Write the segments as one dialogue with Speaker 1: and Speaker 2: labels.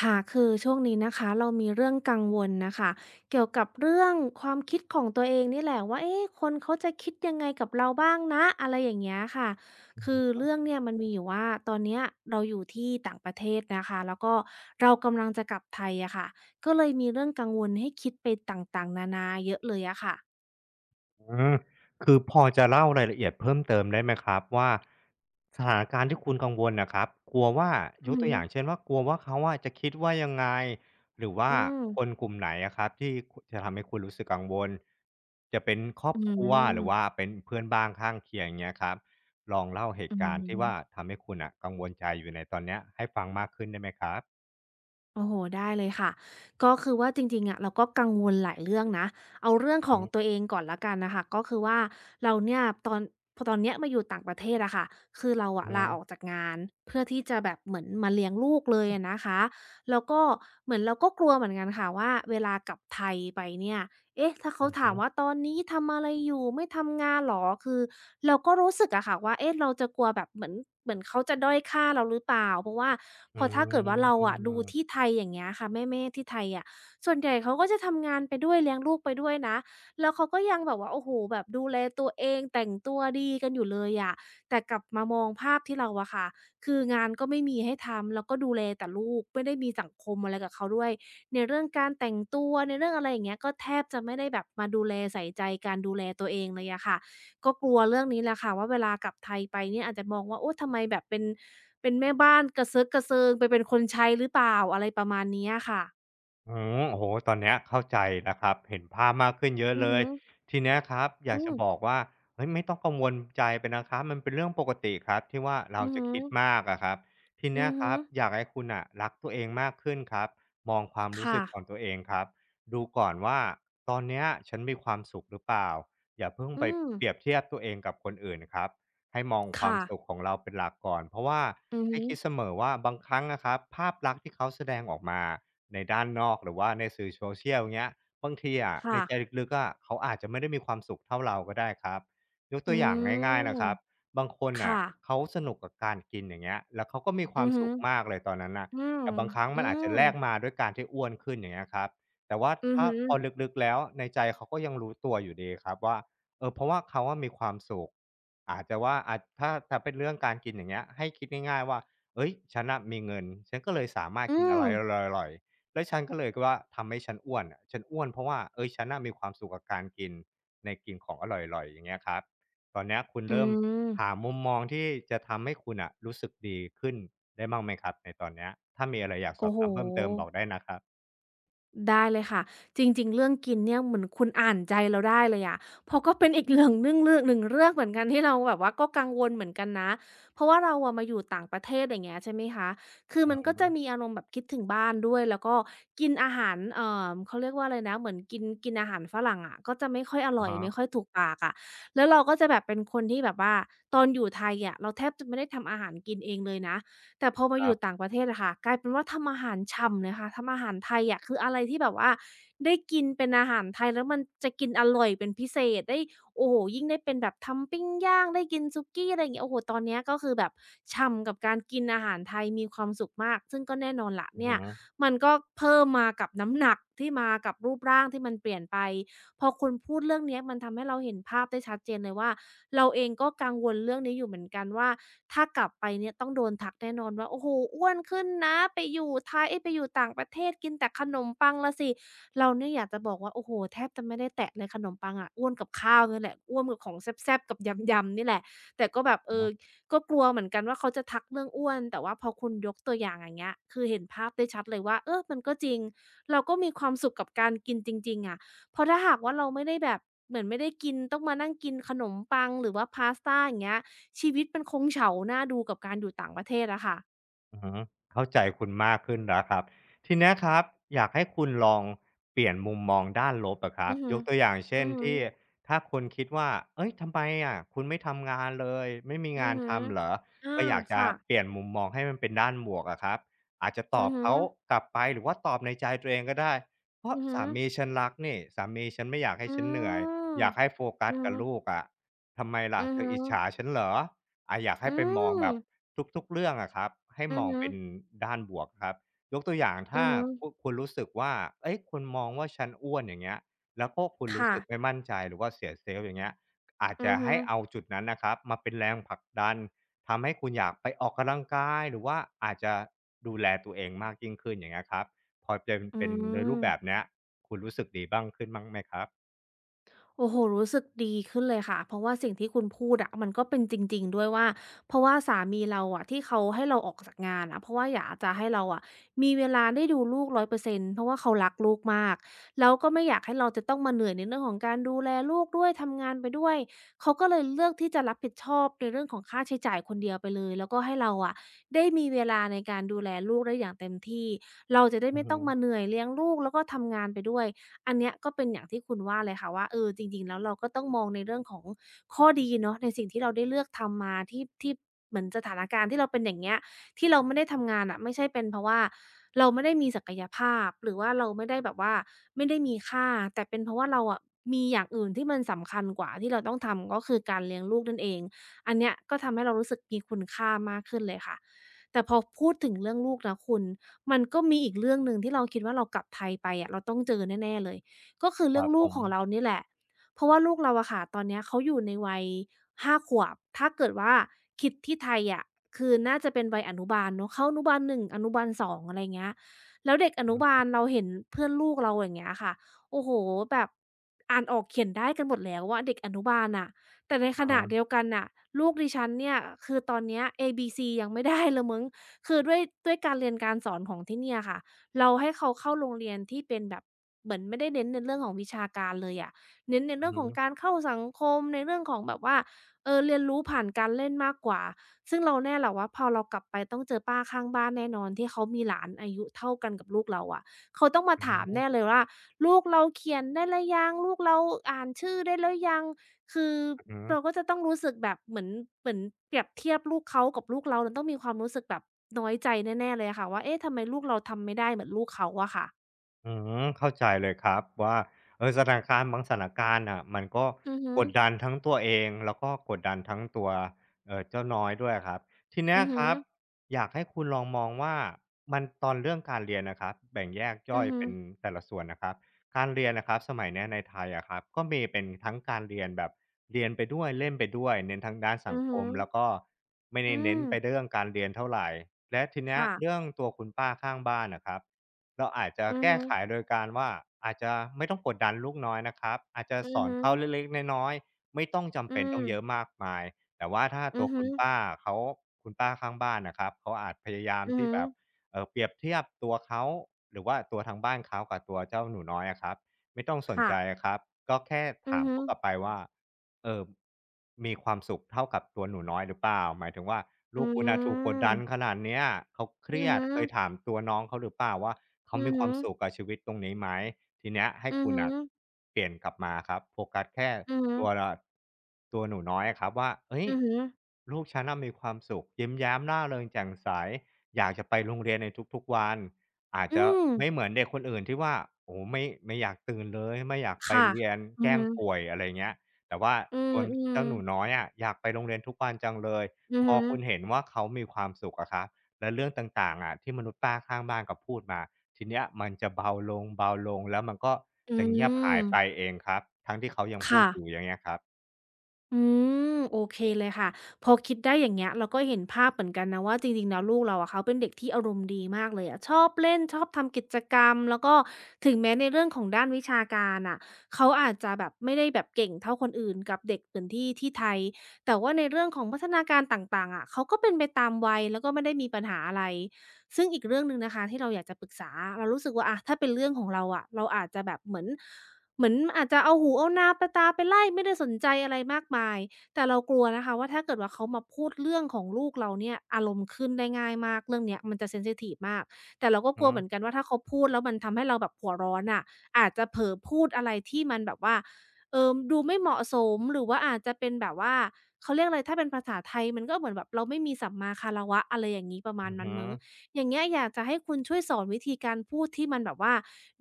Speaker 1: ค่ะคือช่วงนี้นะคะเรามีเรื่องกังวลนะคะเกี่ยวกับเรื่องความคิดของตัวเองนี่แหละว่าเอ๊ะคนเขาจะคิดยังไงกับเราบ้างนะอะไรอย่างเงี้ยค่ะคือเรื่องเนี่ยมันมีอยู่ว่าตอนเนี้ยเราอยู่ที่ต่างประเทศนะคะแล้วก็เรากำลังจะกลับไทยอะค่ะก็เลยมีเรื่องกังวลให้คิดไปต่างๆนานาเยอะเลยอะค่ะ
Speaker 2: อืมคือพอจะเล่ารายละเอียดเพิ่มเติมได้ไหมครับว่าสถานการณ์ที่คุณกังวลน่ะครับกลัวว่าย
Speaker 1: อือ
Speaker 2: ก
Speaker 1: ฮึ
Speaker 2: ตัวอย่างเช่นว่ากลัวว่าเขาอะจะคิดว่ายังไงหรือว่า
Speaker 1: อืม
Speaker 2: คนกลุ่มไหนอะครับที่คจะทำให้คุณรู้สึกกังวลจะเป็นครอบ
Speaker 1: อื
Speaker 2: ครัวหรือ
Speaker 1: ม
Speaker 2: ว่าเป็นเพื่อนบ้านข้างเคียงเงี้ยครับลองเล่าเห
Speaker 1: อื
Speaker 2: ตุการณ์ที่ว่า
Speaker 1: ม
Speaker 2: ทำให้คุณน่ะกังวลใจอยู่ในตอนเนี้ยให้ฟังมากขึ้นได้ไหมครับ
Speaker 1: โอ้โหได้เลยค่ะก็คือว่าจริงๆอะเราก็กังวลหลายเรื่องนะเอาเรื่อง
Speaker 2: อือ
Speaker 1: ขอ
Speaker 2: ฮึ
Speaker 1: งตัวเองก่อนละกันนะค่ะก็คือว่าเราเนี่ยตอนพอตอนเนี้ยมาอยู่ต่างประเทศอะค่ะคือเรา
Speaker 2: อื
Speaker 1: อะ
Speaker 2: อฮึ
Speaker 1: ลาออกจากงานเพื่อที่จะแบบเหมือนมาเลี้ยงลูกเลยอะนะคะแล้วก็เหมือนเราก็กลัวเหมือนกันค่ะว่าเวลากลับไทยไปเนี่ย เอ๊ะถ้า
Speaker 2: อื
Speaker 1: เขา
Speaker 2: อ
Speaker 1: ถา
Speaker 2: ฮึ
Speaker 1: มว่าตอนนี้ทำอะไรอยู่ไม่ทำงานเหรอคือเราก็รู้สึกอะค่ะว่าเอ๊ะเราจะกลัวแบบเหมือนเหมือนเขาจะด้อยค่าเราหรือเปล่าเพราะว่า
Speaker 2: อ
Speaker 1: พอถ้าเกิดว่า
Speaker 2: ื
Speaker 1: เราอะดูที่
Speaker 2: ม
Speaker 1: ไทยอย่างเงี้ยค่ะแม่ๆที่ไทยอะส่วนใหญ่เขาก็จะทำงานไปด้วยเลี้ยงลูกไปด้วยนะแล้วเขาก็ยังแบบว่าโอ้โฮแบบดูแลตัวเองแต่งตัวดีกันอยู่เลยอะแต่กลับมามองภาพที่เราอะค่ะคืองานก็ไม่มีให้ทำแล้วก็ดูแลแต่ลูกไม่ได้มีสังคมอะไรกับเขาด้วย ในเรื่องการแต่งตัวในเรื่องอะไรอย่างเงี้ยก็แทบจะไม่ได้แบบมาดูแลใส่ใจการดูแลตัวเองเลยอะค่ะก็กลัวเรื่องนี้แหละค่ะว่าเวลากลับไทยไปเนี่ยอาจจะมองว่าโอ้ทำไมแบบเป็นเป็นแม่บ้านกระเซิร์กกระเซิงไปเป็นคนใช้หรือเปล่าอะไรประมาณนี้อะค่ะ
Speaker 2: อืมโอ้โหตอนเนี้ยเข้าใจนะครับเห็นภาพมากขึ้นเยอะ
Speaker 1: อื
Speaker 2: เล
Speaker 1: อ
Speaker 2: ย
Speaker 1: ฮึ
Speaker 2: ทีเนี้ยครับอ
Speaker 1: อื
Speaker 2: ยากจะ
Speaker 1: ม
Speaker 2: บอกว่าเฮ้ยไม่ต้องกังวลใจไปนะครับมันเป็นเรื่องปกติครับที่ว่าเรา
Speaker 1: อือ
Speaker 2: จะ
Speaker 1: ฮึ
Speaker 2: คิดมากอะครับทีเนี้
Speaker 1: อื
Speaker 2: ย
Speaker 1: อ
Speaker 2: ค
Speaker 1: ฮึ
Speaker 2: รับอยากให้คุณนะรักตัวเองมากขึ้นครับมองความรู้สึ
Speaker 1: ค่ะ
Speaker 2: กของตัวเองครับดูก่อนว่าตอนเนี้ยฉันมีความสุขหรือเปล่าอย่าเพิ่ง
Speaker 1: อื
Speaker 2: ไป
Speaker 1: ม
Speaker 2: เปรียบเทียบตัวเองกับคนอื่นครับให้มองความ
Speaker 1: ค่ะ
Speaker 2: สุขของเราเป็นหลักก่อนเพราะว่า
Speaker 1: อือ
Speaker 2: ให้
Speaker 1: ฮึ
Speaker 2: คิดเสมอว่าบางครั้งนะครับภาพลักษณ์ที่เขาแสดงออกมา ในด้านนอกหรือว่าในสื่อโซเชี a ลเงี้ยบางทีอะใน
Speaker 1: ค่ะ
Speaker 2: ใจลึกๆอะเขาอาจจะไม่ได้มีความสุขเท่าเราก็ได้ครับยก
Speaker 1: อื
Speaker 2: ตัวอย่างง่ายๆ
Speaker 1: ม
Speaker 2: นะครับบางคน
Speaker 1: ค่ะ
Speaker 2: น่ะเขาสนุกกับการกินอย่างเงี้ยแล้วเขาก็มีค
Speaker 1: อื
Speaker 2: วาม
Speaker 1: อฮึ
Speaker 2: สุขมากเลยตอนนั้นน่ะ
Speaker 1: อืม
Speaker 2: แต่บางครั้ง
Speaker 1: อื
Speaker 2: มันอาจจะ
Speaker 1: ม
Speaker 2: แลกมาด้วยการที่อ้วนขึ้นอย่างเงี้ยครับแต่ว่า
Speaker 1: อือ
Speaker 2: ถ้า
Speaker 1: ฮึ
Speaker 2: พอลึกๆแล้วในใจเขาก็ยังรู้ตัวอยู่ดีครับว่าเออเพราะว่าเขาอะมีความสุขอาจจะว่าอาจถ้าเป็นเรื่องการกินอย่างเงี้ยให้คิดง่ายๆว่าเฮ้ยฉันน่ะมีเงินฉันก็เลยสามารถ
Speaker 1: อื
Speaker 2: กินอะไร
Speaker 1: ม
Speaker 2: อร่อยๆ แล้วฉันก็เลยก็ว่าทำให้ฉันอ้วนอะฉันอ้วนเพราะว่าเฮ้ยฉันน่ะมีความสุขกับการกินในกินของอร่อยๆอย่างเงี้ยครับ ตอนเนี้ยคุณ
Speaker 1: อื
Speaker 2: เริ่มหา
Speaker 1: ม
Speaker 2: มุมมองที่จะทำให้คุณน่ะรู้สึกดีขึ้นได้บ้างไหมครับในตอนเนี้ยถ้ามีอะไรอยากสอ
Speaker 1: โอ้
Speaker 2: บ
Speaker 1: โฮ
Speaker 2: ถามเพิ่มเติมบอกได้นะครับ
Speaker 1: ได้เลยค่ะจริงๆเรื่องกินเนี่ยเหมือนคุณอ่านใจเราได้เลยอะเพราะก็เป็นอีกเรื่องเรื่องเรื่อง1เรื่องเหมือนกันที่เราแบบว่าก็กังวลเหมือนกันนะเพราะว่าเราอะมาอยู่ต่างประเทศอย่างเงี้ยใช่ไหมคะคือ
Speaker 2: อื
Speaker 1: มั
Speaker 2: อ
Speaker 1: นก็
Speaker 2: ฮึ
Speaker 1: จะมีอารมณ์แบบคิดถึงบ้านด้วยแล้วก็กินอาหารเขาเรียกว่าอะไรนะเหมือนกินกินอาหารฝรั่งอะก็จะไม่ค่อยอ
Speaker 2: อะ
Speaker 1: ร่อย
Speaker 2: ฮะ
Speaker 1: ไม่ค่อยถูกปากอะแล้วเราก็จะแบบเป็นคนที่แบบว่าตอนอยู่ไทยอะเราแทบจะไม่ได้ทำอาหารกินเองเลยนะ แต่พอมา
Speaker 2: ค
Speaker 1: อ
Speaker 2: รั
Speaker 1: ยู่ต่า
Speaker 2: บ
Speaker 1: งประเทศอะค่ะกลายเป็นว่าทำอาหารฉ่ำเลยค่ะทำอาหารไทยอะคืออะไรที่แบบว่าได้กินเป็นอาหารไทยแล้วมันจะกินอร่อยเป็นพิเศษได้โอ้โฮยิ่งได้เป็นแบบทำปิ้งย่างได้กินสุกี้อะไรอย่างเงี้ยโอ้โฮตอนเนี้ยก็คือแบบฉ่ำกับการกินอาหารไทยมีความสุขมากซึ่งก็แน่นอนล่ะ
Speaker 2: อือ
Speaker 1: เนี่
Speaker 2: ฮึ
Speaker 1: ยมันก็เพิ่มมากับน้ำหนักที่มากับรูปร่างที่มันเปลี่ยนไปพอคุณพูดเรื่องเนี้ยมันทำให้เราเห็นภาพได้ชัดเจนเลยว่า เราเองก็กังวลเรื่องนี้อยู่เหมือนกันว่าถ้ากลับไปเนี่ยต้องโดนทักแน่นอนว่าโอ้โฮอ้วนขึ้นนะไปอยู่ไทยเอ๊ยไปอยู่ต่างประเทศกินแต่ขนมปังล่ะสิเราเนี่ยอยากจะบอกว่าโอ้โฮแทบจะไม่ได้แตะเลยขนมปังอะอ้วนกับข้าวเนี่ยแหละอ้วนกับของแซ่บๆกับยำๆนี่แหละแต่ก็แบบเออก็กลัวเหมือนกันว่าเขาจะทักเรื่องอ้วนแต่ว่าพอคุณยกตัวอย่างอย่างเงี้ยคือเห็นภาพได้ชัดเลยว่าเออมันก็จริงเราก็มีความสุขกับการกินจริงๆอะ เพราะถ้าหากว่าเราไม่ได้แบบเหมือนไม่ได้กินต้องมานั่งกินขนมปังหรือว่าพาสต้าอย่างเงี้ยชีวิตมันคงเฉาหน้าดูกับการอยู่ต่างประเทศอะค่ะ
Speaker 2: อือฮึเข้าใจคุณมากขึ้นแล้วครับทีเนี้ยครับอยากให้คุณลองเปลี่ยนมุมมองด้านลบอะครั
Speaker 1: อื
Speaker 2: บ
Speaker 1: อ
Speaker 2: ย
Speaker 1: ฮึ
Speaker 2: กตัวอย่างเช่
Speaker 1: อื
Speaker 2: น
Speaker 1: อฮึ
Speaker 2: ที่ถ้าคุณคิดว่าเฮ้ยทำไมอะคุณไม่ทำงานเลยไม่มี
Speaker 1: อื
Speaker 2: งา
Speaker 1: อ
Speaker 2: น
Speaker 1: ฮึ
Speaker 2: ทำเหรอ
Speaker 1: อา
Speaker 2: ก็อยากจะ
Speaker 1: ค่ะ
Speaker 2: เปลี่ยนมุมมองให้มันเป็นด้านบวกอะครับอาจจะต
Speaker 1: อื
Speaker 2: อ
Speaker 1: อ
Speaker 2: บ
Speaker 1: ฮึ
Speaker 2: เขากลับไปหรือว่าตอบในใจตัวเองก็ได้เพราะ
Speaker 1: อือฮึ
Speaker 2: สามีฉันรักนี่สามีฉันไม่อยากให้
Speaker 1: อื
Speaker 2: ฉันเหนื่อย
Speaker 1: ม
Speaker 2: อยากให้โฟกัส
Speaker 1: อือ
Speaker 2: กับ
Speaker 1: ฮึ
Speaker 2: ลูกอะทำไมล่ะ
Speaker 1: อือ
Speaker 2: เธอ
Speaker 1: ฮึ
Speaker 2: อิจฉาฉันเหรออาอยาก
Speaker 1: อื
Speaker 2: ให้ไปมอง
Speaker 1: ม
Speaker 2: แบบ ทุกๆเรื่องอะครับให้
Speaker 1: อื
Speaker 2: ม
Speaker 1: อ
Speaker 2: อง
Speaker 1: ฮึ
Speaker 2: เป็นด้านบวกครับยกตัวอย่าง
Speaker 1: อื
Speaker 2: ถ้า
Speaker 1: อฮึ
Speaker 2: คุณรู้สึกว่าเฮ้ยคุณมองว่าฉันอ้วนอย่างเงี้ยแล้วก็คุณรู้
Speaker 1: ค่ะ
Speaker 2: สึกไม่มั่นใจหรือว่าเสีย self อย่างเงี้ยอาจ
Speaker 1: อื
Speaker 2: จะ
Speaker 1: อฮึ
Speaker 2: ให้เอาจุดนั้นนะครับมาเป็นแรงผลักดันทำให้คุณอยากไปออกกำลังกายหรือว่าอาจจะดูแลตัวเองมากยิ่งขึ้นอย่างเงี้ยครับพอเป็น
Speaker 1: อื
Speaker 2: เป็นในรูป
Speaker 1: ม
Speaker 2: แบบเนี้ยคุณรู้สึกดีบ้างขึ้นบ้างไหมครับ
Speaker 1: โอ้โฮรู้สึกดีขึ้นเลยค่ะเพราะว่าสิ่งที่คุณพูดอะมันก็เป็นจริงๆด้วยว่าเพราะว่าสามีเราอะที่เขาให้เราออกจากงานอะเพราะว่าอยากจะให้เราอะมีเวลาได้ดูลูก100%เปอร์เซ็นต์เพราะว่าเขารักลูกมากแล้วก็ไม่อยากให้เราจะต้องมาเหนื่อยในเรื่องของการดูแลลูกด้วยทำงานไปด้วยเขาก็เลยเลือกที่จะรับผิดชอบในเรื่องของค่าใช้จ่ายคนเดียวไปเลยแล้วก็ให้เราอะได้มีเวลาในการดูแลลูกได้อย่างเต็มที่เราจะได้
Speaker 2: อือ
Speaker 1: ไม่
Speaker 2: ฮึ
Speaker 1: ต้องมาเหนื่อยเลี้ยงลูกแล้วก็ทำงานไปด้วย อันเนี้ยก็เป็นอย่างที่คุณว่าเลยค่ะว่าเออจริงๆแล้วเราก็ต้องมองในเรื่องของข้อดีเนาะในสิ่งที่เราได้เลือกทำมาที่เหมือนสถานการณ์ที่เราเป็นอย่างเงี้ยที่เราไม่ได้ทำงานน่ะไม่ใช่เป็นเพราะว่าเราไม่ได้มีศักยภาพหรือว่าเราไม่ได้แบบว่าไม่ได้มีค่าแต่เป็นเพราะว่าเราอะมีอย่างอื่นที่มันสำคัญกว่าที่เราต้องทำก็คือการเลี้ยงลูกนั่นเองอันเนี้ยก็ทำให้เรารู้สึกมีคุณค่ามากขึ้นเลยค่ะแต่พอพูดถึงเรื่องลูกนะคุณ มันก็มีอีกเรื่องหนึ่งที่เราคิดว่าเรากลับไทยไปอะเราต้องเจอแน่ๆเลยก็คือ
Speaker 2: ค
Speaker 1: เรื่
Speaker 2: รั
Speaker 1: อง
Speaker 2: บผ
Speaker 1: ลูก
Speaker 2: ม
Speaker 1: ของเรานี่แหละเพราะว่าลูกเราอะค่ะตอนเนี้ยเขาอยู่ในวัย5 ขวบถ้าเกิดว่าคิดที่ไทยอะคือน่าจะเป็นวัยอนุบาลเนาะเข้าอนุบาลหนึ่งอนุบาล2องอะไรเงี้ยแล้วเด็กอ
Speaker 2: อื
Speaker 1: นุ
Speaker 2: อ
Speaker 1: บา
Speaker 2: ฮึ
Speaker 1: ลเราเห็นเพื่อนลูกเราอย่างเงี้ยค่ะโอ้โฮแบบอ่านออกเขียนได้กันหมดแล้วอะเด็กอนุบาลน่ะแต่ในข
Speaker 2: อะ
Speaker 1: ณะ
Speaker 2: ฮะ
Speaker 1: เดียวกันน่ะลูกดิฉันเนี่ยคือตอนเนี้ยเอบีซียังไม่ได้เลยมั้ง คือด้วยการเรียนการสอนของที่เนี่ยค่ะเราให้เขาเข้าโรงเรียนที่เป็นแบบเหมือนไม่ได้เน้นในเรื่องของวิชาการเลยอะเน้นใน
Speaker 2: อือ
Speaker 1: เรื่อง
Speaker 2: ฮึ
Speaker 1: ของการเข้าสังคมในเรื่องของแบบว่าเออเรียนรู้ผ่านการเล่นมากกว่าซึ่งเราแน่แหละว่าพอเรากลับไปต้องเจอป้าข้างบ้านแน่นอนที่เขามีหลานอายุเท่ากันกับลูกเราอะเขาต้องมา
Speaker 2: อือฮึ
Speaker 1: ถามแน่เลยว่าลูกเราเขียนได้แล้วยังลูกเราอ่านชื่อได้แล้วยังคือ
Speaker 2: อือฮึ
Speaker 1: เราก็จะต้องรู้สึกแบบเหมือนเปรียบเทียบลูกเขากับลูกเราเราต้องมีความรู้สึกแบบน้อยใจแน่ๆเลยอะค่ะว่าเอ๊ะทำไมลูกเราทำไม่ได้เหมือนลูกเขาอะค่ะ
Speaker 2: อืมเข้าใจเลยครับว่าเออสถานการณ์บางสถานการณ์อ่ะมันก็
Speaker 1: อือฮึ
Speaker 2: กดดันทั้งตัวเองแล้วก็กดดันทั้งตัวเออเจ้าน้อยด้วยครับทีเนี้ย
Speaker 1: อือ
Speaker 2: ค
Speaker 1: ฮึ
Speaker 2: รับอยากให้คุณลองมองว่ามันตอนเรื่องการเรียนนะครับแบ่งแยกย่
Speaker 1: อื
Speaker 2: อย
Speaker 1: อฮึ
Speaker 2: เป็นแต่ละส่วนนะครับ การเรียนนะครับสมัยเนี้ยในไทยอะครับก็มีเป็นทั้งการเรียนแบบเรียนไปด้วยเล่นไปด้วยเน้นทั้งด้านสั
Speaker 1: อื
Speaker 2: ง
Speaker 1: อ
Speaker 2: ค
Speaker 1: ฮึ
Speaker 2: มแล้วก็ไม่ได้
Speaker 1: อื
Speaker 2: เน้น
Speaker 1: ม
Speaker 2: ไปเรื่องการเรียนเท่าไหรและทีเนี้ย
Speaker 1: ค่ะ
Speaker 2: เรื่องตัวคุณป้าข้างบ้านนะครับเราอาจจะ
Speaker 1: อือ
Speaker 2: แก้
Speaker 1: ฮึ
Speaker 2: ไขโดยการว่าอาจจะไม่ต้องกดดันลูกน้อยนะครับอาจจะ
Speaker 1: อื
Speaker 2: ส
Speaker 1: อ
Speaker 2: อน
Speaker 1: ฮึ
Speaker 2: เขาเล็กๆน้อยๆไม่ต้องจำ
Speaker 1: อื
Speaker 2: เป็นต้อ
Speaker 1: ม
Speaker 2: งเยอะมากมายแต่ว่าถ้า
Speaker 1: อื
Speaker 2: ตัว
Speaker 1: อฮึ
Speaker 2: คุณป้าเขาคุณป้าข้างบ้านนะครับเขาอาจพยายาม
Speaker 1: อือ
Speaker 2: ที่
Speaker 1: ฮึ
Speaker 2: แบบ เปรียบเทียบตัวเขาหรือว่าตัวทางบ้านเขากับตัวเจ้าหนูน้อยอะครับไม่ต้องสน
Speaker 1: ค่ะ
Speaker 2: ใจอะครับก็แค่
Speaker 1: อือ
Speaker 2: ถาม
Speaker 1: ฮึ
Speaker 2: เขากลับไปว่าเออมีความสุขเท่ากับตัวหนูน้อยหรือเปล่าหมายถึงว่า
Speaker 1: อื
Speaker 2: ลูกคุณนะถูกกดดันข
Speaker 1: ม
Speaker 2: นาดเนี้ยเขาเค
Speaker 1: อื
Speaker 2: รี
Speaker 1: อ
Speaker 2: ยด
Speaker 1: ฮึ
Speaker 2: เคยถามตัวน้องเขาหรือเปล่าว่าเขา
Speaker 1: อื
Speaker 2: มี
Speaker 1: อ
Speaker 2: ควา
Speaker 1: ฮึ
Speaker 2: มสุขกับชีวิตตรงนี้ไหมทีเนี้ยให้
Speaker 1: อือ
Speaker 2: คุณ
Speaker 1: ฮึ
Speaker 2: น่ะเปลี่ยนกลับมาครับโฟกัสแค่
Speaker 1: อือฮึ
Speaker 2: ตัวละตัวหนูน้อยอะครับว่าเอ้ย
Speaker 1: อือฮึ
Speaker 2: ลูกฉันน่ะมีความสุขยิ้มแย้มร่าเริงแจ่มใส อยากจะไปโรงเรียนในทุกๆวันอาจ
Speaker 1: อื
Speaker 2: จะ
Speaker 1: ม
Speaker 2: ไม่เหมือนเด็กคนอื่นที่ว่าโอ้โฮไม่อยากตื่นเลยไม่อยากไป
Speaker 1: ค่ะ
Speaker 2: เรียน
Speaker 1: อื
Speaker 2: แก
Speaker 1: อ
Speaker 2: ล้ง
Speaker 1: ฮึ
Speaker 2: ป่วยอะไรเงี้ยแต่ว่า
Speaker 1: อื
Speaker 2: ตัว
Speaker 1: ม
Speaker 2: เจ้าหนู
Speaker 1: ๆ
Speaker 2: น้อยอะอยากไปโรงเรียนทุกวันจังเลย
Speaker 1: อือ
Speaker 2: พอ
Speaker 1: ฮึ
Speaker 2: คุณเห็นว่าเขามีความสุขอะครับแล้วเรื่องต่างๆอะที่มนุษย์ป้าข้างบ้านเขาพูดมาทีเนี้ยมันจะเบาลงเบาลงแล้วมันก็
Speaker 1: อื
Speaker 2: จะเงียบหา
Speaker 1: ม
Speaker 2: ยไปเองครับทั้งที่เขายังพูด
Speaker 1: ค่ะ
Speaker 2: อยู่อย่างเงี้ยครับ
Speaker 1: อืมโอเคเลยค่ะพอคิดได้อย่างเงี้ยเราก็เห็นภาพเหมือนกันนะว่าจริงๆแล้วลูกเราอะเขาเป็นเด็กที่อารมณ์ดีมากเลยอะชอบเล่นชอบทำกิจกรรมแล้วก็ถึงแม้ในเรื่องของด้านวิชาการน่ะเขาอาจจะแบบไม่ได้แบบเก่งเท่าคนอื่นกับเด็กอื่นที่ไทยแต่ว่าในเรื่องของพัฒนาการต่างๆอะเขาก็เป็นไปตามวัยแล้วก็ไม่ได้มีปัญหาอะไรซึ่งอีกเรื่องหนึ่งนะคะที่เราอยากจะปรึกษาเรารู้สึกว่าอะถ้าเป็นเรื่องของเราอะเราอาจจะแบบเหมือน เหมือนอาจจะเอาหูเอานาเอตาไปไล่ไม่ได้สนใจอะไรมากมายแต่เรากลัวนะคะว่าถ้าเกิดว่าเขามาพูดเรื่องของลูกเราเนี่ยอารมณ์ขึ้นได้ง่ายมากเรื่องเนี้ยมันจะเซนซิทิฟมากแต่เราก็
Speaker 2: อื
Speaker 1: กลั
Speaker 2: อ
Speaker 1: วเหมือนกันว่าถ้าเขาพูดแล้วมันทำให้เราแบบหัวร้อนน่ะอาจจะเผลอพูดอะไรที่มันแบบว่าดูไม่เหมาะสมหรือว่าอาจจะเป็นแบบว่าเขาเรียกอะไรถ้าเป็นภาษาไทยมันก็เหมือนแบบเราไม่มีสัมมาคารวะอะไรอย่างงี้ประมา
Speaker 2: อื
Speaker 1: ณ
Speaker 2: อ
Speaker 1: นั้น
Speaker 2: ฮึ
Speaker 1: มั้ง อย่างเงี้ยอยากจะให้คุณช่วยสอนวิธีการพูดที่มันแบบว่า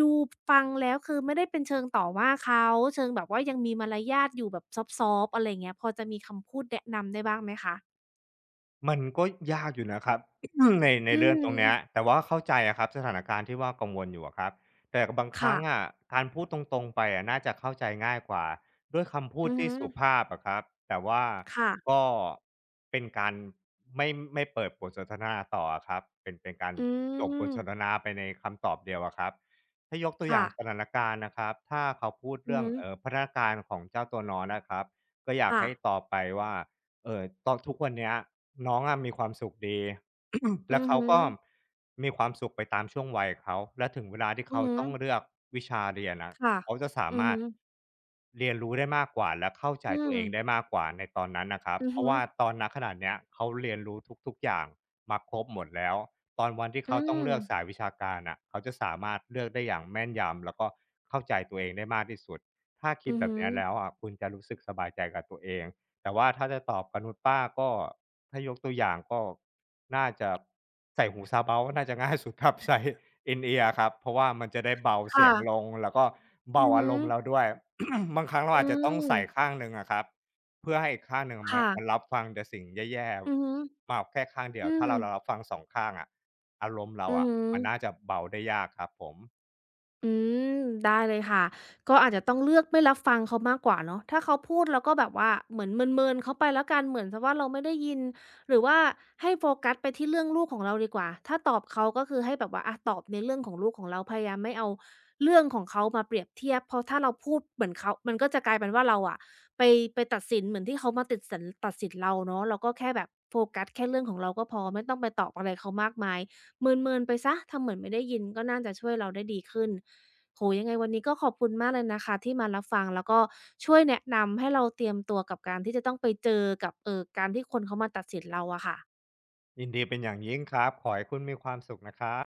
Speaker 1: ดูฟังแล้วคือไม่ได้เป็นเชิงต่อว่าเขาเชิงแบบว่ายังมีมารยาทอยู่แบบซอฟต์ๆอะไรงเงี้ยพอจะมีคำพูดแนะนำได้บ้างไหมคะ
Speaker 2: มันก็ยากอยู่นะครับ ใน
Speaker 1: อื
Speaker 2: เรื่อง
Speaker 1: ม
Speaker 2: ตรง
Speaker 1: อื
Speaker 2: เนี้ย
Speaker 1: อ
Speaker 2: แต่ว่าเข้าใจอะครับสถานการณ์ที่ว่ากังวลอยู่อะครับแต่บางครั้
Speaker 1: ค่ะ
Speaker 2: งอะการพูดตรงๆไปอะน่าจะเข้าใจง่ายกว่าด้วยคำพูด
Speaker 1: อือ
Speaker 2: ที่
Speaker 1: ฮึ
Speaker 2: สุภาพอะครับแต่ว่า
Speaker 1: ค่ะ
Speaker 2: ก็เป็นการไม่ไม่เปิดบทสนทนาต่ออะครับเป็นการ
Speaker 1: อื
Speaker 2: จบบทสนท
Speaker 1: ม
Speaker 2: นาไปในคำตอบเดียวอะครับถ้ายกตัวอย่า
Speaker 1: ค่ะ
Speaker 2: งสถานการณ์นะครับถ้าเขาพูด
Speaker 1: อือ
Speaker 2: เรื่อง
Speaker 1: ฮึ
Speaker 2: เออพนักงานของเจ้าตัวน้อยนะครับก็อยาก
Speaker 1: ค่ะ
Speaker 2: ให้ตอบไปว่า ตอนทุกวันเนี้ยน้องอะมีความสุขดี
Speaker 1: อื
Speaker 2: แล้ว
Speaker 1: อ
Speaker 2: เขา
Speaker 1: ฮึ
Speaker 2: ก็มีความสุขไปตามช่วงวัยเขาและถึงเวลาที่
Speaker 1: อื
Speaker 2: เขา
Speaker 1: อฮึ
Speaker 2: ต้องเลือกวิชาเรียนอะ
Speaker 1: ค่ะ
Speaker 2: เขาจะสา
Speaker 1: อือ
Speaker 2: มาร
Speaker 1: ฮึ
Speaker 2: ถเรียนรู้ได้มากกว่าและเข้าใจ
Speaker 1: อื
Speaker 2: ตัว
Speaker 1: ม
Speaker 2: เองได้มากกว่าในตอนนั้นนะครับ
Speaker 1: อือ
Speaker 2: เพราะ
Speaker 1: ฮึ
Speaker 2: ว่าตอนนักขณะเนี้ยเขาเรียนรู้ทุกๆอย่างมาครบหมดแล้วตอนวันที่
Speaker 1: อื
Speaker 2: เขาต้อง
Speaker 1: ม
Speaker 2: เลือกสายวิชาการอ่ะเขาจะสามารถเลือกได้อย่างแม่นยำแล้วก็เข้าใจตัวเองได้มากที่สุดถ้าคิด
Speaker 1: อือ
Speaker 2: แบบ
Speaker 1: ฮึ
Speaker 2: เนี้ยแล้วอะคุณจะรู้สึกสบายใจกับตัวเอง แต่ว่าถ้าจะตอบกับนุชป้าก็ถ้ายกตัวอย่างก็น่าจะใส่หูซาเบา ก็น่าจะง่ายสุดครับใส่ In-ear ครับเพราะว่ามันจะได้เบาเสี
Speaker 1: ค่ะ
Speaker 2: ยงลงแล้วก็
Speaker 1: อื
Speaker 2: เบา
Speaker 1: อ
Speaker 2: อา
Speaker 1: ฮึ
Speaker 2: รมณ์เราด้วย บางครั้งเรา
Speaker 1: อื
Speaker 2: อาจจะต้องใส่
Speaker 1: ม
Speaker 2: ข้างหนึ่งอะครับเพื่อให้อีกข้างหนึ่งมัน
Speaker 1: ค่ะ
Speaker 2: รับฟังแต่สิ่งแย่
Speaker 1: อือฮึ
Speaker 2: ๆมาแค่ข้างเดีย
Speaker 1: อื
Speaker 2: วถ้า
Speaker 1: ม
Speaker 2: เรารับฟังสองข้างอะอารมณ์เรา
Speaker 1: อือ
Speaker 2: อะ
Speaker 1: ฮึ
Speaker 2: มันน่าจะเบาได้ยากครับผม
Speaker 1: อืมได้เลยค่ะก็อาจจะต้องเลือกไม่รับฟังเขามากกว่าเนาะถ้าเขาพูดเราก็แบบว่าเหมือนเมินๆเขาไปแล้วกันเหมือนเสว่าเราไม่ได้ยินหรือว่าให้โฟกัสไปที่เรื่องลูกของเราดีกว่าถ้าตอบเขาก็คือให้แบบว่าอะตอบในเรื่องของลูกของเราพยายามไม่เอาเรื่องของเขามาเปรียบเทียบเพราะถ้าเราพูดเหมือนเขามันก็จะกลายเป็นว่าเราอะไปไปตัดสินเหมือนที่เขามาติดสินตัดสินเราเนาะเราก็แค่แบบโฟกัสแค่เรื่องของเราก็พอไม่ต้องไปตอบอะไรเขามากมาย เมินๆไปเสียทำเหมือนไม่ได้ยินก็น่าจะช่วยเราได้ดีขึ้นโอ้โฮยังไงวันนี้ก็ขอบคุณมากเลยนะคะที่มารับฟังแล้วก็ช่วยแนะนำให้เราเตรียมตัวกับการที่จะต้องไปเจอกับการที่คนเขามาตัดสินเราอะค่ะ